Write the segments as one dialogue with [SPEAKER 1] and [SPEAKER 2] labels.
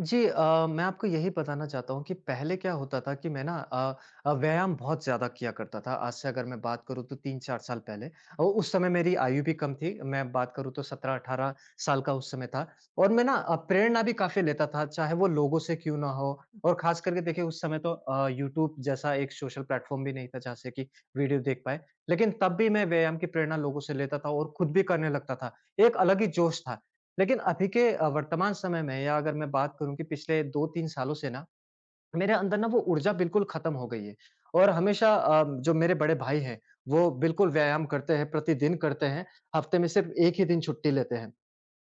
[SPEAKER 1] जी मैं आपको यही बताना चाहता हूँ कि पहले क्या होता था कि मैं ना व्यायाम बहुत ज़्यादा किया करता था। आज से अगर मैं बात करूँ तो 3-4 साल पहले उस समय मेरी आयु भी कम थी। मैं बात करूँ तो 17-18 साल का उस समय था और मैं ना प्रेरणा भी काफ़ी लेता था, चाहे वो लोगों से क्यों ना हो और ख़ास करके देखिए उस समय तो यूट्यूब जैसा एक सोशल प्लेटफ़ॉर्म भी नहीं था जहाँ से कि वीडियो देख पाएँ। लेकिन तब भी मैं व्यायाम की प्रेरणा लोगों से लेता था और खुद भी करने लगता था। एक अलग ही जोश था लेकिन अभी के वर्तमान समय में या अगर मैं बात करूँ कि पिछले 2-3 सालों से ना, मेरे अंदर ना वो ऊर्जा बिल्कुल खत्म हो गई है और हमेशा जो मेरे बड़े भाई हैं, वो बिल्कुल व्यायाम करते हैं, प्रतिदिन करते हैं, हफ्ते में सिर्फ 1 ही दिन छुट्टी लेते हैं।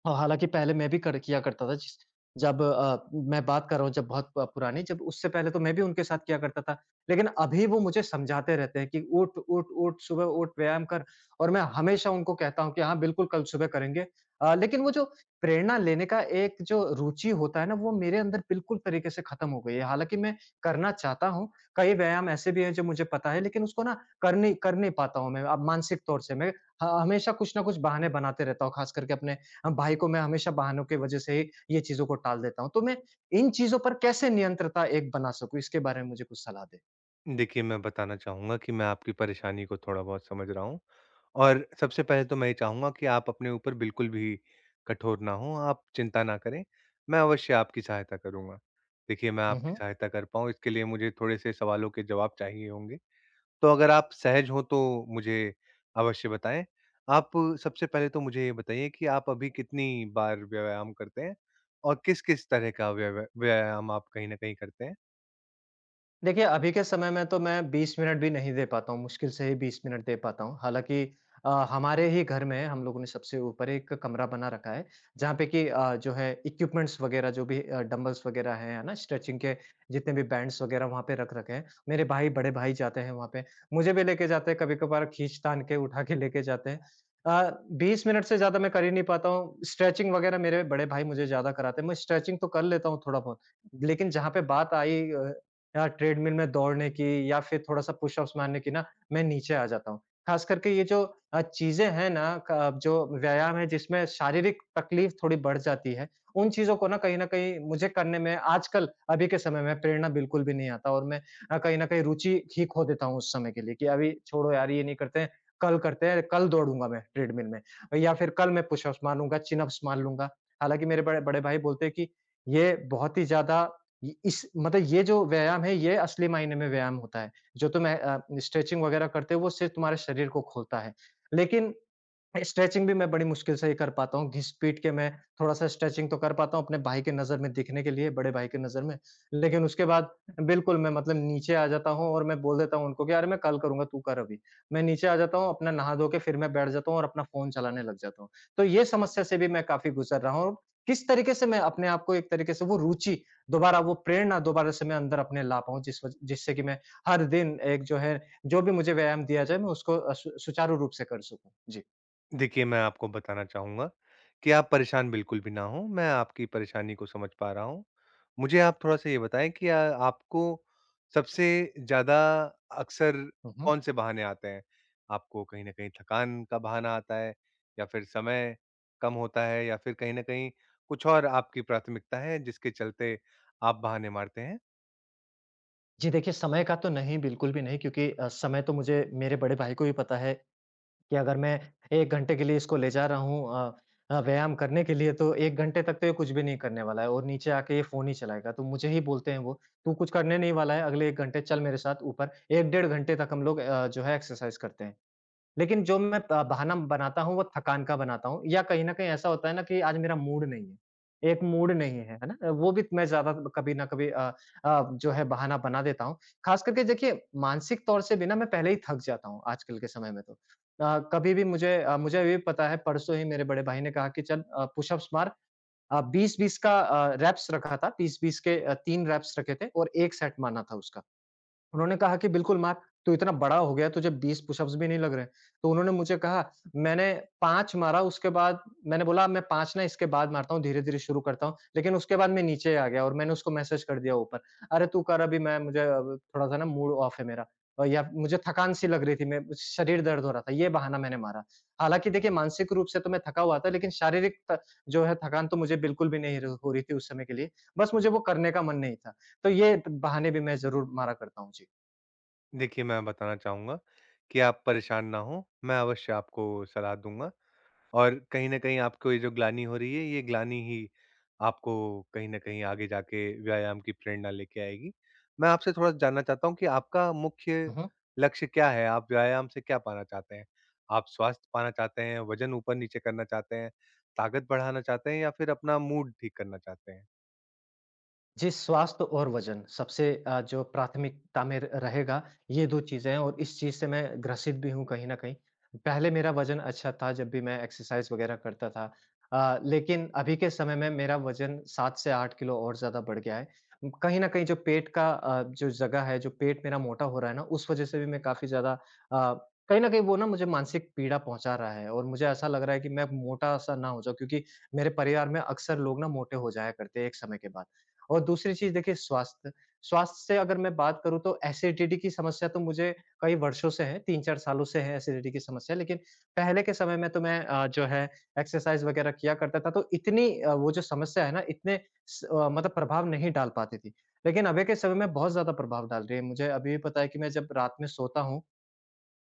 [SPEAKER 1] हाँ, हालाँकि पहले मैं भी कर किया करता था जिस जब मैं बात कर रहा हूँ जब बहुत प पुरानी जब उससे पहले तो मैं भी उनके साथ किया करता था। लेकिन अभी वो मुझे समझाते रहते हैं कि उठ, उठ, उठ, सुबह उठ, व्यायाम कर और मैं हमेशा उनको कहता हूँ कि हाँ, बिल्कुल कल सुबह करेंगे। लेकिन वो जो प्रेरणा लेने का एक जो रुचि होता है ना, वो मेरे अंदर बिल्कुल तरीके से खत्म हो गई है। हालाँकि मैं करना चाहता हूँ, कई व्यायाम ऐसे भी हैं जो मुझे पता है लेकिन उसको ना कर नहीं पाता हूँ मैं अब मानसिक तौर से। मैं ह हमेशा कुछ ना कुछ बहाने बनाते रहता हूँ, खास करके अपने भाई को मैं हमेशा बहानों की वजह से ही ये चीज़ों को टाल देता हूँ। तो मैं इन चीज़ों पर कैसे नियंत्रता एक बना सकूँ? इसके बारे में मुझे कुछ सलाह दें।
[SPEAKER 2] देखिए, मैं बताना चाहूँगा कि मैं आपकी परेशानी को थोड़ा-बहुत समझ रहा हूँ। और सबसे पहले तो मैं ये चाहूँगा कि आप अपने ऊपर बिल्कुल भी कठोर ना हों, आप चिंता ना करें, मैं अवश्य आपकी सहायता करूँगा। देखिए, मैं
[SPEAKER 1] हुँ,
[SPEAKER 2] आपकी
[SPEAKER 1] हुँ।
[SPEAKER 2] सहायता कर पाऊँ इसके लिए मुझे थोड़े-से सवालों के जवाब चाहिए होंगे, तो अगर आप सहज हों तो मुझे अवश्य बताएँ। आप सबसे पहले तो मुझे ये बताइए कि आप अभी कितनी बार व्यायाम करते हैं? और किस-किस तरह का व्यायाम आप कहीं न कहीं करते हैं?
[SPEAKER 1] देखिए, अभी के समय में तो मैं 20 मिनट भी नहीं दे पाता हूँ, मुश्किल से ही 20 मिनट दे पाता हूँ। हालाँकि हमारे ही घर में हम लोगों ने सबसे ऊपर एक कमरा बना रखा है, जहाँ पे कि जो है इक्विपमेंट्स वगैरह जो भी डंबल्स वगैरह हैं, है ना? स्ट्रेचिंग के जितने भी बैंड्स वगैरह वहाँ पे रख रखे हैं। मेरे भाई, बड़े भाई जाते हैं वहाँ पे, मुझे भी लेके जाते हैं, कभी-कभार खींच-तान के उठा के लेके जाते हैं। अ, 20 मिनट से ज़्यादा मैं कर ही नहीं पाता हूँ। स्ट्रेचिंग वगैरह मेरे बड़े भाई मुझे ज़्यादा कराते हैं, मैं स्ट्रेचिंग तो कर लेता हूँ थोड़ा-बहुत, लेकिन जहाँ पे बात आई या ट्रेडमिल में दौड़ने की या फिर थोड़ा-सा पुशअप्स मारने की ना, मैं नीचे आ जाता हूँ। ख़ास करके ये जो चीज़ें हैं ना क जो व्यायाम है जिसमें शारीरिक तकलीफ़ थोड़ी बढ़ जाती है, उन चीज़ों को ना कहीं न कहीं मुझे करने में आजकल अभी के समय में प्रेरणा बिल्कुल भी नहीं आता और मैं कहीं न कहीं रुचि ही खो देता हूँ उस समय के लिए कि अभी छोड़ो यार ये नहीं करते हैं, कल करते हैं, कल दौड़ूँगा मैं ट्रेडमिल में या फिर कल मैं पुशअप्स मारूँगा, चिन अप्स मार लूँगा। हालाँकि मेरे बड़े बड़े भाई बोलते हैं कि ये बहुत ही ज़्यादा ये इस मतलब ये जो व्यायाम है, ये असली मायने में व्यायाम होता है। जो तुम्हें स्ट्रेचिंग वगैरह करते हो, वो सिर्फ़ तुम्हारे शरीर को खोलता है। लेकिन स्ट्रेचिंग भी मैं बड़ी मुश्किल से ही कर पाता हूँ, घिस-पीट के मैं थोड़ा-सा स्ट्रेचिंग तो कर पाता हूँ अपने भाई की नज़र में दिखने के लिए, बड़े भाई की नज़र में। लेकिन उसके बाद बिल्कुल मैं मतलब नीचे आ जाता हूँ और मैं बोल देता हूँ उनको कि अरे मैं कल करूँगा, तू कर अभी। मैं नीचे आ जाता हूँ, अपना नहा धो के फिर मैं बैठ जाता हूँ और अपना फ़ोन चलाने लग जाता हूँ। तो ये समस्या से भी मैं काफ़ी गुज़र रहा हूँ। किस तरीके से मैं अपने आप को एक तरीके से वो रुचि, दोबारा वो प्रेरणा दोबारा से मैं अंदर अपने ला पाऊँ जिस वज जिससे कि मैं हर दिन एक जो है, जो भी मुझे व्यायाम दिया जाए मैं उसको अ, सु सुचारू रूप से कर सकूँ। जी।
[SPEAKER 2] देखिए, मैं आपको बताना चाहूँगा कि आप परेशान बिल्कुल भी ना हों, मैं आपकी परेशानी को समझ पा रहा हूँ। मुझे आप थोड़ा-सा ये बताएँ कि आपको सबसे ज़्यादा अक्सर
[SPEAKER 1] हुँ, हुँ।
[SPEAKER 2] कौन-से बहाने आते हैं? आपको कहीं न कहीं थकान का बहाना आता है या फिर समय कम होता है या फिर कहीं न कहीं कुछ और आपकी प्राथमिकता है जिसके चलते आप बहाने मारते हैं?
[SPEAKER 1] जी, देखिए समय का तो नहीं, बिल्कुल भी नहीं क्योंकि समय तो मुझे मेरे बड़े भाई को भी पता है कि अगर मैं 1 घंटे के लिए इसको ले जा रहा हूँ व्यायाम करने के लिए तो 1 घंटे तक तो ये कुछ भी नहीं करने वाला है और नीचे आके ये फ़ोन ही चलाएगा। तो मुझे ही बोलते हैं वो, "तू कुछ करने नहीं वाला है, अगले 1 घंटे चल मेरे साथ ऊपर।" 1 डेढ़ घंटे तक हम लोग जो है एक्सरसाइज़ करते हैं। लेकिन जो मैं ब बहाना बनाता हूँ, वो थकान का बनाता हूँ या कहीं न कहीं ऐसा होता है ना कि आज मेरा मूड नहीं है, एक मूड नहीं है, है ना? वो भी मैं ज़्यादा कभी न कभी जो है बहाना बना देता हूँ। ख़ास करके देखिए, मानसिक तौर से भी ना मैं पहले ही थक जाता हूँ आजकल के समय में तो। कभी भी मुझे ये भी पता है परसों ही मेरे बड़े भाई ने कहा कि चल पुशअप्स मार 20-20 का रैप्स रखा था, 20-20 के 3 रैप्स रखे थे और 1 सेट मारना था उसका। उन्होंने कहा कि बिल्कुल मार्क तू इतना बड़ा हो गया है, तुझे 20 पुशअप्स भी नहीं लग रहे। तो उन्होंने मुझे कहा मैंने 5 मारा उसके बाद मैंने बोला मैं 5 ना इसके बाद मारता हूँ, धीरे-धीरे शुरू करता हूँ। लेकिन उसके बाद मैं नीचे आ गया और मैंने उसको मैसेज कर दिया ऊपर, "अरे तू कर अभी मैं मुझे अब थोड़ा-सा ना मूड ऑफ है मेरा या मुझे थकान सी लग रही थी, मैं शरीर दर्द हो रहा था।" ये बहाना मैंने मारा। हालाँकि देखिए मानसिक रूप से तो मैं थका हुआ था लेकिन शारीरिक त जो है थकान तो मुझे बिल्कुल भी नहीं र हो रही थी उस समय के लिए। बस मुझे वो करने का मन नहीं था। तो ये बहाने भी मैं ज़रूर मारा करता हूँ। जी।
[SPEAKER 2] देखिए, मैं बताना चाहूँगा कि आप परेशान ना हों, मैं अवश्य आपको सलाह दूँगा। और कहीं न कहीं आपको ये जो ग्लानि हो रही है, ये ग्लानि ही आपको कहीं न कहीं आगे जाके व्यायाम की प्रेरणा लेके आएगी। मैं आपसे थोड़ा जानना चाहता हूँ कि आपका मुख्य
[SPEAKER 1] हुँ, हुँ।
[SPEAKER 2] लक्ष्य क्या है? आप व्यायाम से क्या पाना चाहते हैं? आप स्वास्थ्य पाना चाहते हैं, वज़न ऊपर-नीचे करना चाहते हैं, ताकत बढ़ाना चाहते हैं या फिर अपना मूड ठीक करना चाहते हैं?
[SPEAKER 1] जी, स्वास्थ्य और वज़न सबसे जो प्राथमिकता में र रहेगा ये 2 चीज़ें हैं और इस चीज़ से मैं ग्रसित भी हूँ कहीं न कहीं। पहले मेरा वज़न अच्छा था जब भी मैं एक्सरसाइज़ वग़ैरह करता था। लेकिन अभी के समय में मेरा वज़न 7 से 8 किलो और ज़्यादा बढ़ गया है। कहीं न कहीं जो पेट का जो जगह है, जो पेट मेरा मोटा हो रहा है ना, उस वज़ह से भी मैं काफ़ी ज़्यादा कहीं न कहीं वो ना मुझे मानसिक पीड़ा पहुँचा रहा है और मुझे ऐसा लग रहा है कि मैं मोटा-सा ना हो जाऊँ क्योंकि मेरे परिवार में अक्सर लोग ना मोटे हो जाया करते हैं एक समय के बाद। और दूसरी चीज़ देखिए स्वास्थ्य, स्वास्थ्य से अगर मैं बात करूँ तो एसिडिटी की समस्या तो मुझे कई वर्षों से है, 3-4 सालों से है एसिडिटी की समस्या। लेकिन पहले के समय में तो मैं जो है एक्सरसाइज़ वगैरह किया करता था तो इतनी वो जो समस्या है ना इतने मतलब प्रभाव नहीं डाल पाती थी। लेकिन अभी के समय में बहुत ज़्यादा प्रभाव डाल रही है। मुझे अभी भी पता है कि मैं जब रात में सोता हूँ,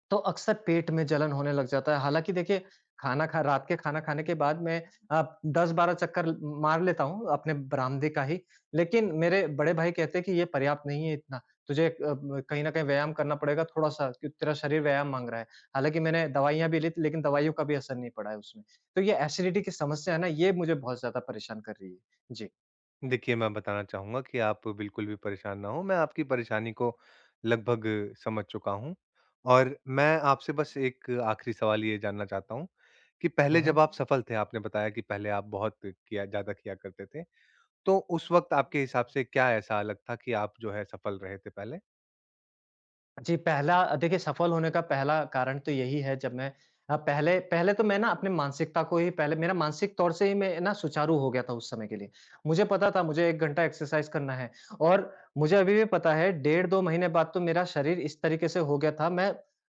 [SPEAKER 1] तो अक्सर पेट में जलन होने लग जाता है। हालाँकि देखिए, खाना खा रात के खाना खाने के बाद मैं 10-12 चक्कर ल मार लेता हूँ अपने बरामदे का ही। लेकिन मेरे बड़े भाई कहते हैं कि ये पर्याप्त नहीं है इतना, तुझे अ, ब कहीं न कहीं व्यायाम करना पड़ेगा थोड़ा-सा क्यों तेरा शरीर व्यायाम माँग रहा है। हालाँकि मैंने दवाइयाँ भी ली थी लेकिन दवाइयों का भी असर नहीं पड़ा है उसमें। तो ये एसिडिटी की समस्या है ना, ये मुझे बहुत ज़्यादा परेशान कर रही है। जी।
[SPEAKER 2] देखिए, मैं बताना चाहूँगा कि आप बिल्कुल भी परेशान ना हों, मैं आपकी परेशानी को लगभग समझ चुका हूँ। और मैं आपसे बस एक आखिरी सवाल ये जानना चाहता हूँ कि
[SPEAKER 1] हुँ,
[SPEAKER 2] पहले जब
[SPEAKER 1] हुँ।
[SPEAKER 2] आप सफल थे, आपने बताया कि पहले आप बहुत किया ज़्यादा किया करते थे, तो उस वक़्त आपके हिसाब से क्या ऐसा अलग था कि आप जो है सफल रहे थे पहले?
[SPEAKER 1] जी, पहला देखिए सफल होने का पहला कारण तो यही है जब मैं अ, पहले पहले तो मैं ना अपने मानसिकता को ही पहले मेरा मानसिक तौर से ही मैं ना सुचारू हो गया था उस समय के लिए। मुझे पता था मुझे 1 घंटा एक्सरसाइज़ करना है और मुझे अभी भी पता है डेढ़ 2 महीने बाद तो मेरा शरीर इस तरीके से हो गया था मैं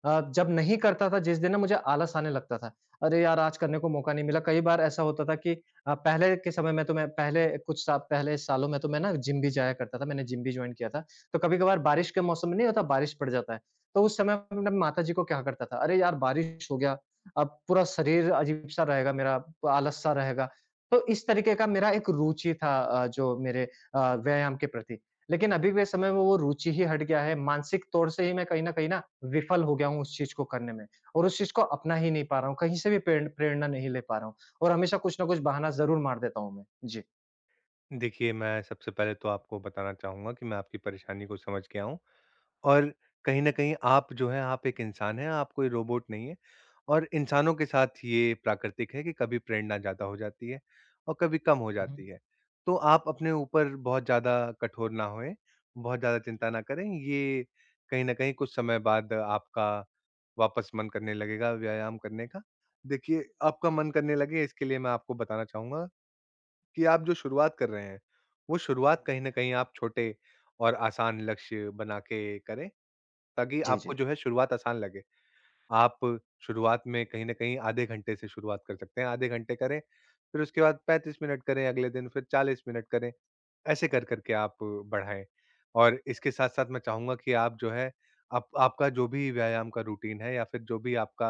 [SPEAKER 1] जब नहीं करता था जिस दिन ना मुझे आलस आने लगता था। अरे यार! आज करने को मौका नहीं मिला। कई बार ऐसा होता था कि पहले के समय में तो मैं पहले कुछ सा पहले सालों में तो मैं ना जिम भी जाया करता था, मैंने जिम भी जॉइन किया था। तो कभी-कभार बारिश के मौसम में नहीं होता बारिश पड़ जाता है, तो उस समय मैं अपने माताजी को कहा करता था, "अरे यार! बारिश हो गया, अब पूरा शरीर अजीब-सा रहेगा मेरा, आलस-सा रहेगा।" तो इस तरीके का मेरा एक रुचि था जो मेरे व्यायाम के प्रति। लेकिन अभी के समय में वो रुचि ही हट गया है, मानसिक तौर से ही मैं कहीं न कहीं ना विफल हो गया हूँ उस चीज़ को करने में और उस चीज़ को अपना ही नहीं पा रहा हूँ, कहीं से भी प्रेरणा नहीं ले पा रहा हूँ और हमेशा कुछ न कुछ बहाना ज़रूर मार देता हूँ मैं। जी।
[SPEAKER 2] देखिए, मैं सबसे पहले तो आपको बताना चाहूँगा कि मैं आपकी परेशानी को समझ गया हूँ। और कहीं न कहीं आप जो हैं, आप एक इंसान हैं, आप कोई रोबोट नहीं हैं और इंसानों के साथ ये प्राकृतिक है कि कभी प्रेरणा ज़्यादा हो जाती है और कभी कम हो
[SPEAKER 1] हुँ, हुँ।
[SPEAKER 2] जाती है। तो आप अपने ऊपर बहुत ज़्यादा कठोर ना होएँ, बहुत ज़्यादा चिंता ना करें, ये कहीं न कहीं कुछ समय बाद आपका वापस मन करने लगेगा व्यायाम करने का। देखिए, आपका मन करने लगे इसके लिए मैं आपको बताना चाहूँगा कि आप जो शुरुआत कर रहे हैं, वो शुरुआत कहीं न कहीं आप छोटे और आसान लक्ष्य बना के करें। ताकि
[SPEAKER 1] जी,
[SPEAKER 2] आपको
[SPEAKER 1] जी।
[SPEAKER 2] जो है शुरुआत आसान लगे। आप शुरुआत में कहीं न कहीं आधे घंटे से शुरुआत कर सकते हैं, आधे घंटे करें, फिर उसके बाद 35 मिनट करें अगले दिन, फिर 40 मिनट करें, ऐसे कर-कर के आप बढ़ाएँ। और इसके साथ-साथ मैं चाहूँगा कि आप जो है आप आपका जो भी व्यायाम का रूटीन है या फिर जो भी आपका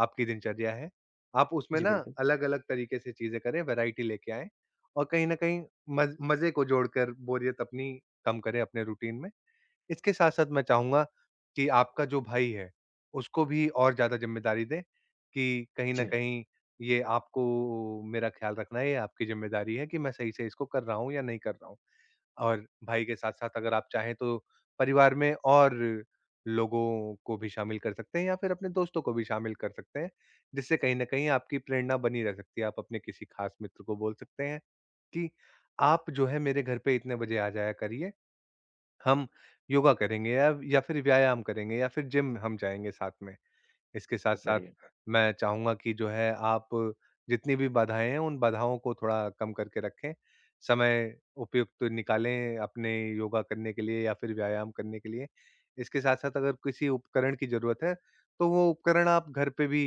[SPEAKER 2] आपकी दिनचर्या है, आप उसमें
[SPEAKER 1] जी,
[SPEAKER 2] ना
[SPEAKER 1] बिल्कुल।
[SPEAKER 2] अलग-अलग तरीके से चीज़ें करें, वैरायटी लेके आएँ और कहीं न कहीं मज़े को जोड़कर बोरियत अपनी कम करें अपने रूटीन में। इसके साथ-साथ मैं चाहूँगा कि आपका जो भाई है, उसको भी और ज़्यादा ज़िम्मेदारी दें कि कहीं
[SPEAKER 1] जी,
[SPEAKER 2] न
[SPEAKER 1] बहुत
[SPEAKER 2] कहीं ये आपको मेरा ख़्याल रखना है, ये आपकी ज़िम्मेदारी है कि मैं सही से इसको कर रहा हूँ या नहीं कर रहा हूँ। और भाई के साथ-साथ अगर आप चाहें तो परिवार में और लोगों को भी शामिल कर सकते हैं या फिर अपने दोस्तों को भी शामिल कर सकते हैं, जिससे कहीं न कहीं आपकी प्रेरणा बनी रह सकती है। आप अपने किसी ख़ास मित्र को बोल सकते हैं कि, "आप जो है मेरे घर पे इतने बजे आ जाया करिए।" हम योगा करेंगे या फिर व्यायाम करेंगे या फिर जिम हम जाएँगे साथ में। इसके साथ-साथ
[SPEAKER 1] बढ़िया।
[SPEAKER 2] मैं चाहूँगा कि जो है आप जितनी भी बाधाएँ हैं, उन बाधाओं को थोड़ा कम करके रखें। समय उपयुक्त निकालें अपने योगा करने के लिए या फिर व्यायाम करने के लिए। इसके साथ-साथ अगर किसी उपकरण की ज़रूरत है, तो वो उपकरण आप घर पे भी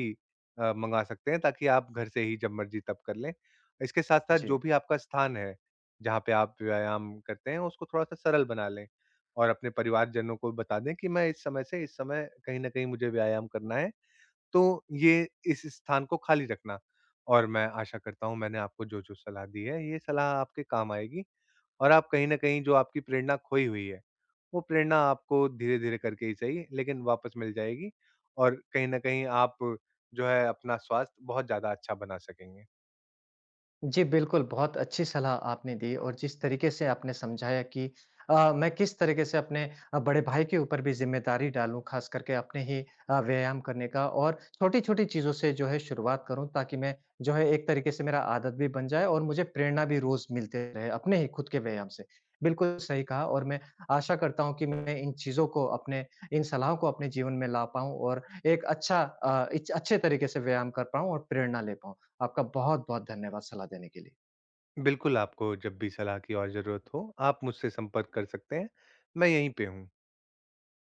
[SPEAKER 2] मँगा सकते हैं ताकि आप घर से ही जब मर्ज़ी तब कर लें। इसके साथ-साथ
[SPEAKER 1] जी।
[SPEAKER 2] जो भी आपका स्थान है, जहाँ पे आप व्यायाम करते हैं, उसको थोड़ा-सा सरल बना लें और अपने परिवारजनों को बता दें कि मैं इस समय से इस समय कहीं न कहीं मुझे व्यायाम करना है तो ये इस स्थान को खाली रखना। और मैं आशा करता हूँ मैंने आपको जो-जो सलाह दी है, ये सलाह आपके काम आएगी और आप कहीं न कहीं जो आपकी प्रेरणा खोई हुई है, वो प्रेरणा आपको धीरे-धीरे करके ही सही लेकिन वापस मिल जाएगी और कहीं न कहीं आप जो है अपना स्वास्थ्य बहुत ज़्यादा अच्छा बना सकेंगे।
[SPEAKER 1] जी, बिल्कुल, बहुत अच्छी सलाह आपने दी और जिस तरीके से आपने समझाया कि मैं किस तरीके से अपने बड़े भाई के ऊपर भी ज़िम्मेदारी डालूँ, ख़ास करके अपने ही व्यायाम करने का और छोटी-छोटी चीज़ों से जो है शुरुआत करूँ, ताकि मैं जो है एक तरीके से मेरा आदत भी बन जाए और मुझे प्रेरणा भी रोज़ मिलते रहे अपने ही खुद के व्यायाम से। बिल्कुल सही कहा और मैं आशा करता हूँ कि मैं इन चीज़ों को अपने इन सलाहों को अपने जीवन में ला पाऊँ और एक अच्छा अ, इच अच्छे तरीके से व्यायाम कर पाऊँ और प्रेरणा ले पाऊँ। आपका बहुत-बहुत धन्यवाद सलाह देने के लिए।
[SPEAKER 2] बिल्कुल, आपको जब भी सलाह की और ज़रूरत हो, आप मुझसे संपर्क कर सकते हैं, मैं यहीं पे हूँ।